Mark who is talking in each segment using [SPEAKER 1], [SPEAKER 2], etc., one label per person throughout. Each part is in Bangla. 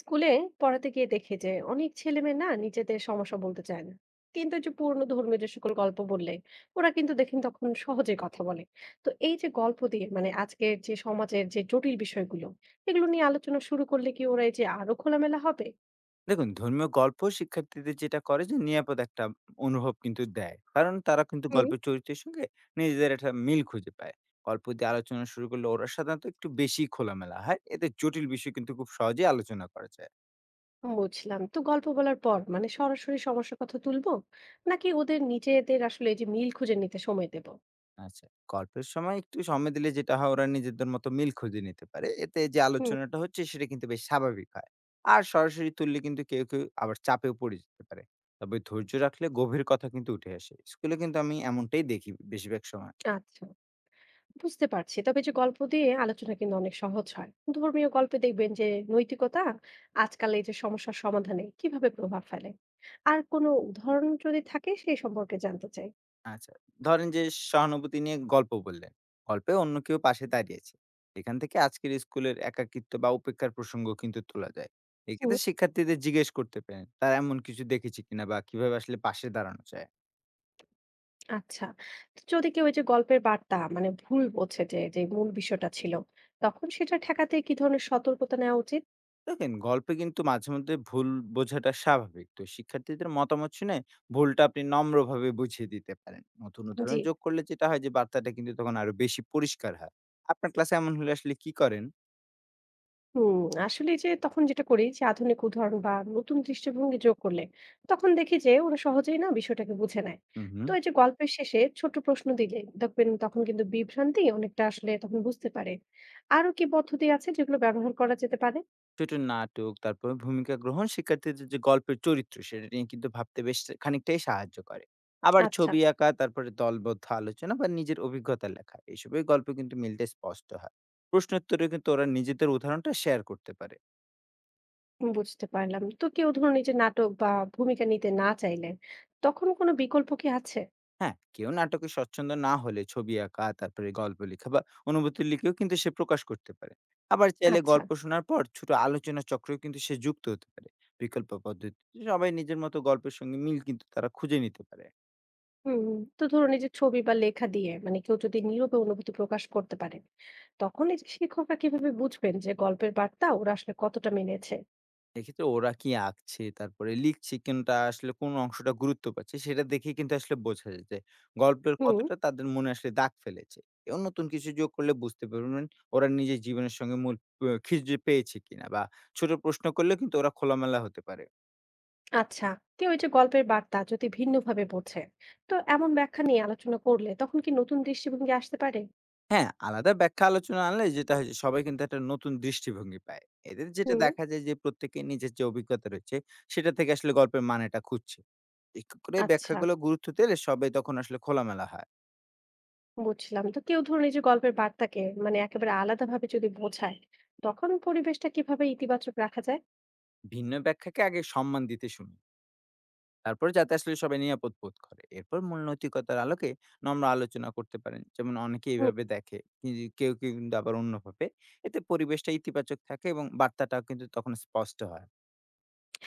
[SPEAKER 1] স্কুলে পড়াতে গিয়ে দেখে যে অনেক ছেলেমেয়ে না নিজেদের সমস্যা বলতে চায় না, কিন্তু এই যে পুরনো ধর্মীয় যে সকল গল্প বললে ওরা কিন্তু দেখেন তখন সহজে কথা বলে। তো এই যে গল্প দিয়ে মানে আজকের যে সমাজের যে জটিল বিষয়গুলো এগুলো নিয়ে আলোচনা শুরু করলে কি ওরা এই যে আরো খোলামেলা হবে?
[SPEAKER 2] দেখুন, ধর্মীয় গল্প শিক্ষার্থীদের যেটা করে যে নিরাপদ একটা অনুভব কিন্তু দেয়। কারণ তারা কিন্তু
[SPEAKER 1] হুম।
[SPEAKER 2] গল্পের চরিত্রের সঙ্গে নিজেদের একটা মিল খুঁজে পায়। গল্প দিয়ে আলোচনা শুরু করলে ওরা সাধারণত একটু বেশি খোলামেলা হয়। এতে জটিল বিষয় কিন্তু খুব সহজেই আলোচনা করা যায়।
[SPEAKER 1] বুঝলাম, তো গল্প বলার পর মানে সরাসরি সমস্যার কথা তুলবো, নাকি ওদের নিজেদের আসলে এই যে মিল খুঁজে নিতে সময় দেবো?
[SPEAKER 2] আচ্ছা, গল্পের সময় একটু সময় দিলে যেটা হয় ওরা নিজেদের মতো মিল খুঁজে নিতে পারে। এতে যে
[SPEAKER 1] হুম।
[SPEAKER 2] আলোচনাটা হচ্ছে সেটা কিন্তু বেশ স্বাভাবিক হয়। আর সরাসরি তুললে কিন্তু কেউ আবার চাপেও পড়ে যেতে পারে। তবে ধৈর্য রাখলে গভীর কথা কিন্তু উঠে আসে। স্কুলে কিন্তু আমি এমনটাই দেখি বেশিরভাগ সময়।
[SPEAKER 1] আচ্ছা, বুঝতে পারছি, তবে যে গল্প দিয়ে আলোচনা কিন্তু অনেক সহজ হয়। ধর্মীয় গল্পে দেখবেন যে নৈতিকতা আজকাল এই যে সমস্যার সমাধানে কিভাবে প্রভাব ফেলে, আর কোনো উদাহরণ যদি থাকে সেই সম্পর্কে জানতে চাই।
[SPEAKER 2] আচ্ছা। ধরেন যে সহানুভূতি নিয়ে গল্প বললেন। গল্পে অন্য কেউ পাশে দাঁড়িয়েছে। এখান থেকে আজকের স্কুলের একাকিত্ব বা উপেক্ষার প্রসঙ্গ কিন্তু তোলা যায়।
[SPEAKER 1] হুম,
[SPEAKER 2] এক্ষেত্রে শিক্ষার্থীদের জিজ্ঞেস করতে পারেন, তারা এমন কিছু দেখেছে কিনা বা কিভাবে আসলে পাশে দাঁড়ানো যায়।
[SPEAKER 1] আচ্ছা। তো যদি কেউ এই যে গল্পের বার্তা মানে ভুল বোঝে যে যে মূল বিষয়টা ছিল, তখন সেটা ঠেকাতে কি ধরনের সতর্কতা নেওয়া উচিত?
[SPEAKER 2] দেখেন গল্পে কিন্তু মাঝে মধ্যে ভুল বোঝাটা স্বাভাবিক। তো শিক্ষার্থীদের মতামত শুনে ভুলটা আপনি নম্রভাবে বুঝিয়ে দিতে পারেন। নতুন
[SPEAKER 1] জি।
[SPEAKER 2] উদাহরণ যোগ করলে যেটা হয় যে বার্তাটা কিন্তু তখন আরো বেশি পরিষ্কার হয়। আপনার ক্লাসে এমন হলে আসলে কি করেন?
[SPEAKER 1] হুম, আসলে এই যে তখন যেটা করি যে আধুনিক উদাহরণ বা নতুন দৃষ্টিভঙ্গি যোগ করলে তখন দেখি যে ওরা সহজেই না বিষয়টাকে বুঝে নেয়।
[SPEAKER 2] হু, হু।
[SPEAKER 1] তো এই যে গল্পের শেষে ছোট প্রশ্ন দিলে দেখবেন তখন কিন্তু বিভ্রান্তি অনেকটা আসলে তখন বুঝতে পারে। আরো কি পদ্ধতি আছে যেগুলো ব্যবহার করা যেতে পারে?
[SPEAKER 2] ছোট নাটক, তারপর ভূমিকা গ্রহণ শিক্ষার্থীদের যে গল্পের চরিত্র সেটা নিয়ে কিন্তু ভাবতে বেশ খানিকটাই সাহায্য করে। আবার
[SPEAKER 1] আচ্ছা।
[SPEAKER 2] ছবি আঁকা, তারপরে দলবদ্ধ আলোচনা বা নিজের অভিজ্ঞতা লেখা এসবের গল্প কিন্তু মিলটা স্পষ্ট হয়। প্রশ্নোত্তরে কিন্তু ওরা নিজেদের উদাহরণটা শেয়ার করতে পারে।
[SPEAKER 1] বুঝতে পারলাম, তো কেউ ধরুন এই যে নাটক বা ভূমিকা নিতে না চাইলে তখন কোনো বিকল্প কি আছে?
[SPEAKER 2] হ্যাঁ, কেউ নাটকে স্বচ্ছন্দ না হলে ছবি আঁকা, তারপরে গল্প লেখা বা অনুভূতি লিখেও কিন্তু সে প্রকাশ করতে পারে। আবার চাইলে
[SPEAKER 1] আচ্ছা।
[SPEAKER 2] গল্প শোনার পর ছোট আলোচনা চক্রেও কিন্তু সে যুক্ত হতে পারে। বিকল্প পদ্ধতি সবাই নিজের মতো গল্পের সঙ্গে মিল কিন্তু তারা খুঁজে নিতে পারে।
[SPEAKER 1] হুম, হুম। তো ধরুন এই যে ছবি বা লেখা দিয়ে মানে কেউ যদি নীরবে অনুভূতি প্রকাশ করতে পারে, তখন এই যে শিক্ষকরা কিভাবে বুঝবেন যে গল্পের বার্তা ওরা আসলে কতটা মেনেছে?
[SPEAKER 2] এক্ষেত্রে ওরা কি আঁকছে, তারপরে লিখছে কোনটা আসলে কোন অংশটা গুরুত্ব পাচ্ছে সেটা দেখেই কিন্তু আসলে বোঝা যায় যে গল্পের
[SPEAKER 1] হুম।
[SPEAKER 2] কতটা তাদের মনে আসলে দাগ ফেলেছে। এবং নতুন কিছু যোগ করলে বুঝতে পারবেন ওরা নিজের জীবনের সঙ্গে মূল প খিঁজে পেয়েছে কিনা বা ছোট প্রশ্ন করলেও কিন্তু ওরা খোলামেলা হতে পারে।
[SPEAKER 1] আচ্ছা, কেউ এই যে গল্পের বার্তা যদি ভিন্নভাবে বোঝে, তো এমন ব্যাখ্যা নিয়ে আলোচনা করলে তখন কি নতুন দৃষ্টিভঙ্গি আসতে পারে?
[SPEAKER 2] হ্যাঁ, আলাদা ব্যাখ্যা আলোচনা আনলে যেটা হয় যে সবাই কিন্তু একটা নতুন দৃষ্টিভঙ্গি পায়। এদের যেটা
[SPEAKER 1] হুম।
[SPEAKER 2] দেখা যায় যে প্রত্যেকের নিজের যে অভিজ্ঞতা রয়েছে সেটা থেকে আসলে গল্পের মানেটা খুঁজছে। এক করে
[SPEAKER 1] আচ্ছা,
[SPEAKER 2] ব্যাখ্যাগুলো গুরুত্ব দিলে সবাই তখন আসলে খোলামেলা হয়।
[SPEAKER 1] বুঝলাম, তো কেউ ধরুন এই যে গল্পের বার্তাকে মানে একেবারে আলাদাভাবে যদি বোঝায়, তখন পরিবেশটা কিভাবে ইতিবাচক রাখা যায়?
[SPEAKER 2] ভিন্ন ব্যাখ্যাকে আগে সম্মান দিতে শুনি তারপর যাতে আসলে সবাই নিরাপদ বোধ করে এরপর মূল নৈতিকতার আলোকে নম্র আলোচনা করতে পারেন, যেমন অনেকে এইভাবে দেখে কিন্তু কেউ কেউ কিন্তু আবার অন্যভাবে। এতে পরিবেশটা ইতিবাচক থাকে এবং বার্তাটাও কিন্তু তখন স্পষ্ট হয়।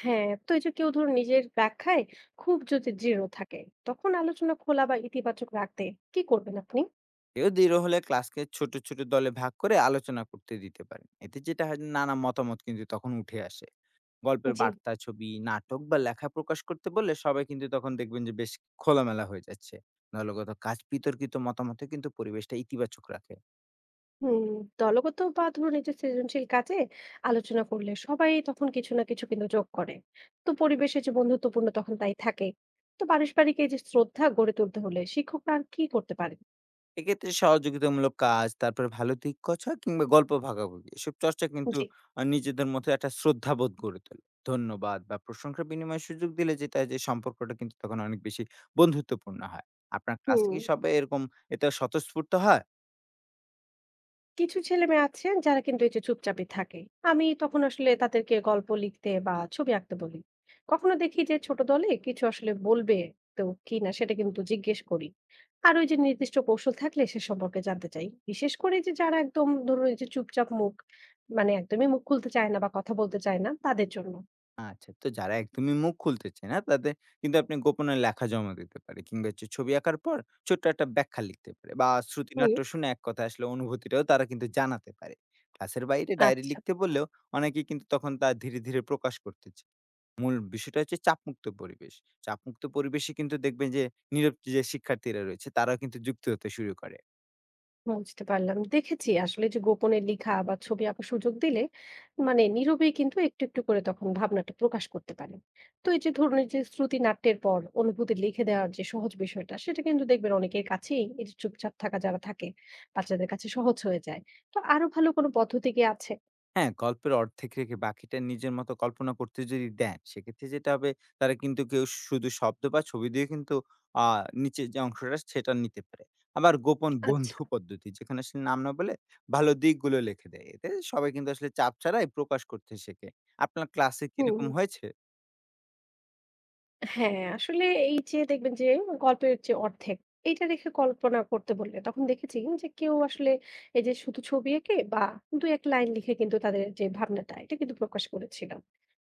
[SPEAKER 1] হ্যাঁ, তো এই যে কেউ ধরুন নিজের ব্যাখ্যায় খুব যদি দৃঢ় থাকে, তখন আলোচনা খোলা বা ইতিবাচক রাখতে কি করবেন আপনি?
[SPEAKER 2] কেউ দৃঢ় হলে ক্লাসকে ছোট ছোট দলে ভাগ করে আলোচনা করতে দিতে পারেন, এতে যেটা হয় যে নানা মতামত কিন্তু তখন উঠে আসে। গল্পের
[SPEAKER 1] জি।
[SPEAKER 2] বার্তা, ছবি, নাটক বা লেখা প্রকাশ করতে বললে সবাই কিন্তু তখন দেখবেন যে বেশ খোলামেলা হয়ে যাচ্ছে। দলগত কাজ বিতর্কিত মতামতে কিন্তু পরিবেশটা ইতিবাচক রাখে।
[SPEAKER 1] হুম। দলগত বা ধরুন এই যে সৃজনশীল কাজে আলোচনা করলে সবাই তখন কিছু না কিছু কিন্তু যোগ করে। তো পরিবেশে যে বন্ধুত্বপূর্ণ তখন তাই থাকে। তো পারস্পরিক এই যে শ্রদ্ধা গড়ে তুলতে হলে শিক্ষকরা আর কি করতে পারেন?
[SPEAKER 2] এক্ষেত্রে সহযোগিতামূলক কাজ, তারপরে ভালো দিক কথা কিংবা গল্প ভাগাভাগি এসব চর্চা কিন্তু
[SPEAKER 1] জি।
[SPEAKER 2] নিজেদের মধ্যে একটা শ্রদ্ধাবোধ গড়ে তোলে। ধন্যবাদ বা প্রশংসা বিনিময়ের সুযোগ দিলে যেটা যে সম্পর্কটা কিন্তু তখন অনেক বেশি বন্ধুত্বপূর্ণ হয়। আপনার কাছে
[SPEAKER 1] হুম।
[SPEAKER 2] কি সবাই এরকম এতে স্বতঃস্ফূর্ত হয়?
[SPEAKER 1] কিছু ছেলেমেয়ে আছে যারা কিন্তু এই যে চুপচাপই থাকে। আমি তখন আসলে তাদেরকে গল্প লিখতে বা ছবি আঁকতে বলি। কখনো দেখি যে ছোট দলে কিছু আসলে বলবে তো কি না সেটা কিন্তু জিজ্ঞেস করি। আর ওই যে নির্দিষ্ট কৌশল থাকলে সে সম্পর্কে জানতে চাই, বিশেষ করে যে যারা একদম ধরুন এই যে চুপচাপ মুখ, মানে একদমই মুখ খুলতে চায় না বা কথা বলতে চায় না তাদের জন্য।
[SPEAKER 2] আচ্ছা। তো যারা একদমই মুখ খুলতে চায় না, তাদের কিন্তু আপনি গোপনে লেখা জমা দিতে পারে কিংবা হচ্ছে ছবি আঁকার পর ছোট্ট একটা ব্যাখ্যা লিখতে পারে বা
[SPEAKER 1] হুম।
[SPEAKER 2] শ্রুতিনাট্য শুনে এক কথায় আসলে অনুভূতিটাও তারা কিন্তু জানাতে পারে। ক্লাসের বাইরে ডায়েরি
[SPEAKER 1] আচ্ছা।
[SPEAKER 2] লিখতে বললেও অনেকে কিন্তু তখন তা ধীরে প্রকাশ করতে চা। মূল বিষয়টা হচ্ছে চাপমুক্ত পরিবেশ। চাপমুক্ত পরিবেশে কিন্তু দেখবেন যে নীরব যে শিক্ষার্থীরা রয়েছে তারাও কিন্তু যুক্ত হতে শুরু করে।
[SPEAKER 1] বুঝতে পারলাম। দেখেছি আসলে যে গোপনে লিখা বা ছবি আঁকার সুযোগ দিলে মানে নীরবেই কিন্তু একটু একটু করে তখন ভাবনাটা প্রকাশ করতে পারে। তো এই যে ধরুন এই যে শ্রুতি নাট্যের পর অনুভূতি লিখে দেওয়ার যে সহজ বিষয়টা সেটা কিন্তু দেখবেন অনেকের কাছেই, এই যে চুপচাপ থাকা যারা থাকে বাচ্চাদের কাছে সহজ হয়ে যায়। তো আরো ভালো কোনো পদ্ধতি কি আছে?
[SPEAKER 2] হ্যাঁ, গল্পের অর্ধেক রেখে বাকিটা নিজের মতো কল্পনা করতে যদি দেন, সেক্ষেত্রে যেটা হবে তারা কিন্তু কেউ শুধু শব্দ বা ছবি দিয়ে কিন্তু আ নিচের যে অংশটা সেটা নিতে পারে। আবার গোপন
[SPEAKER 1] আচ্ছা।
[SPEAKER 2] বন্ধু পদ্ধতি যেখানে আসলে নাম না বলে ভালো দিকগুলো লিখে দেয়। এতে সবাই কিন্তু আসলে চাপ ছাড়াই প্রকাশ করতে শেখে। আপনার ক্লাসে কি
[SPEAKER 1] হুম।
[SPEAKER 2] এরকম হয়েছে?
[SPEAKER 1] হ্যাঁ, আসলে এই যে দেখবেন যে গল্পের যে অর্ধেক এটা রেখে কল্পনা করতে বললে তখন দেখেছি যে কেউ আসলে এই যে শুধু ছবি এঁকে বা দু এক লাইন লিখে কিন্তু তাদের যে ভাবনাটা এটা কিন্তু প্রকাশ করেছিল।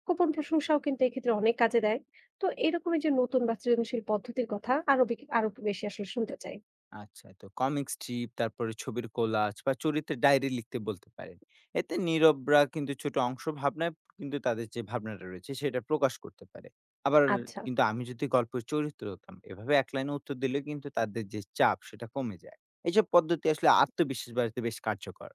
[SPEAKER 1] গোপন প্রশংসাও কিন্তু এক্ষেত্রে অনেক কাজে দেয়। তো এরকমের যে নতুন বা সৃজনশীল পদ্ধতির কথা আরো আরো বেশি আসলে শুনতে চাই।
[SPEAKER 2] আচ্ছা, তো কমিক স্ট্রিপ, তারপরে ছবির কোলাজ বা চরিত্রের ডায়েরি লিখতে বলতে পারেন। এতে নীরবরা কিন্তু ছোট অংশ ভাবনায় কিন্তু তাদের যে ভাবনাটা রয়েছে সেটা প্রকাশ করতে পারে। আবার
[SPEAKER 1] আচ্ছা।
[SPEAKER 2] কিন্তু আমি যদি গল্পের চরিত্র হতাম, এভাবে এক লাইনে উত্তর দিলেও কিন্তু তাদের যে চাপ সেটা কমে যায়। এইসব পদ্ধতি আসলে আত্মবিশ্বাস বাড়াতে বেশ কার্যকর।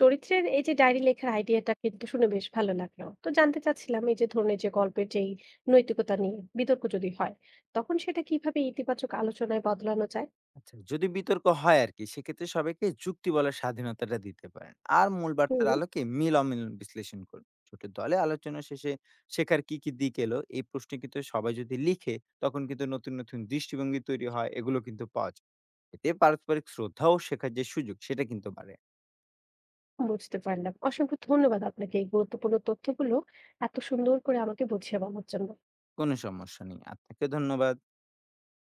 [SPEAKER 1] চরিত্রের এই যে ডায়েরি লেখার আইডিয়াটা কিন্তু শুনে বেশ ভালো লাগলো, তো জানতে চাচ্ছিলাম এই যে ধরুন এই যে গল্পের যেই নৈতিকতা নিয়ে বিতর্ক যদি হয়, তখন সেটা কিভাবে ইতিবাচক আলোচনায় বদলানো যায়?
[SPEAKER 2] আচ্ছা, যদি বিতর্ক হয় আরকি সেক্ষেত্রে সবাইকে যুক্তি বলার স্বাধীনতাটা দিতে পারেন। আর মূল
[SPEAKER 1] হুম।
[SPEAKER 2] বার্তার আলোকে মিল অমিল বিশ্লেষণ করুন। ছোট দলে আলোচনা শেষে শেখার কি দিক এলো এই প্রশ্নে কিন্তু সবাই যদি লিখে তখন কিন্তু নতুন দৃষ্টিভঙ্গি তৈরি হয় এগুলো কিন্তু পাওয়া যায়। এতে পারস্পরিক শ্রদ্ধা ও শেখার যে সুযোগ সেটা কিন্তু বাড়ে।
[SPEAKER 1] বুঝতে পারলাম, অসংখ্য ধন্যবাদ আপনাকে এই গুরুত্বপূর্ণ তথ্যগুলো এত সুন্দর করে আমাকে বুঝিয়ে বলার জন্য।
[SPEAKER 2] কোনো সমস্যা নেই। আপনাকে ধন্যবাদ।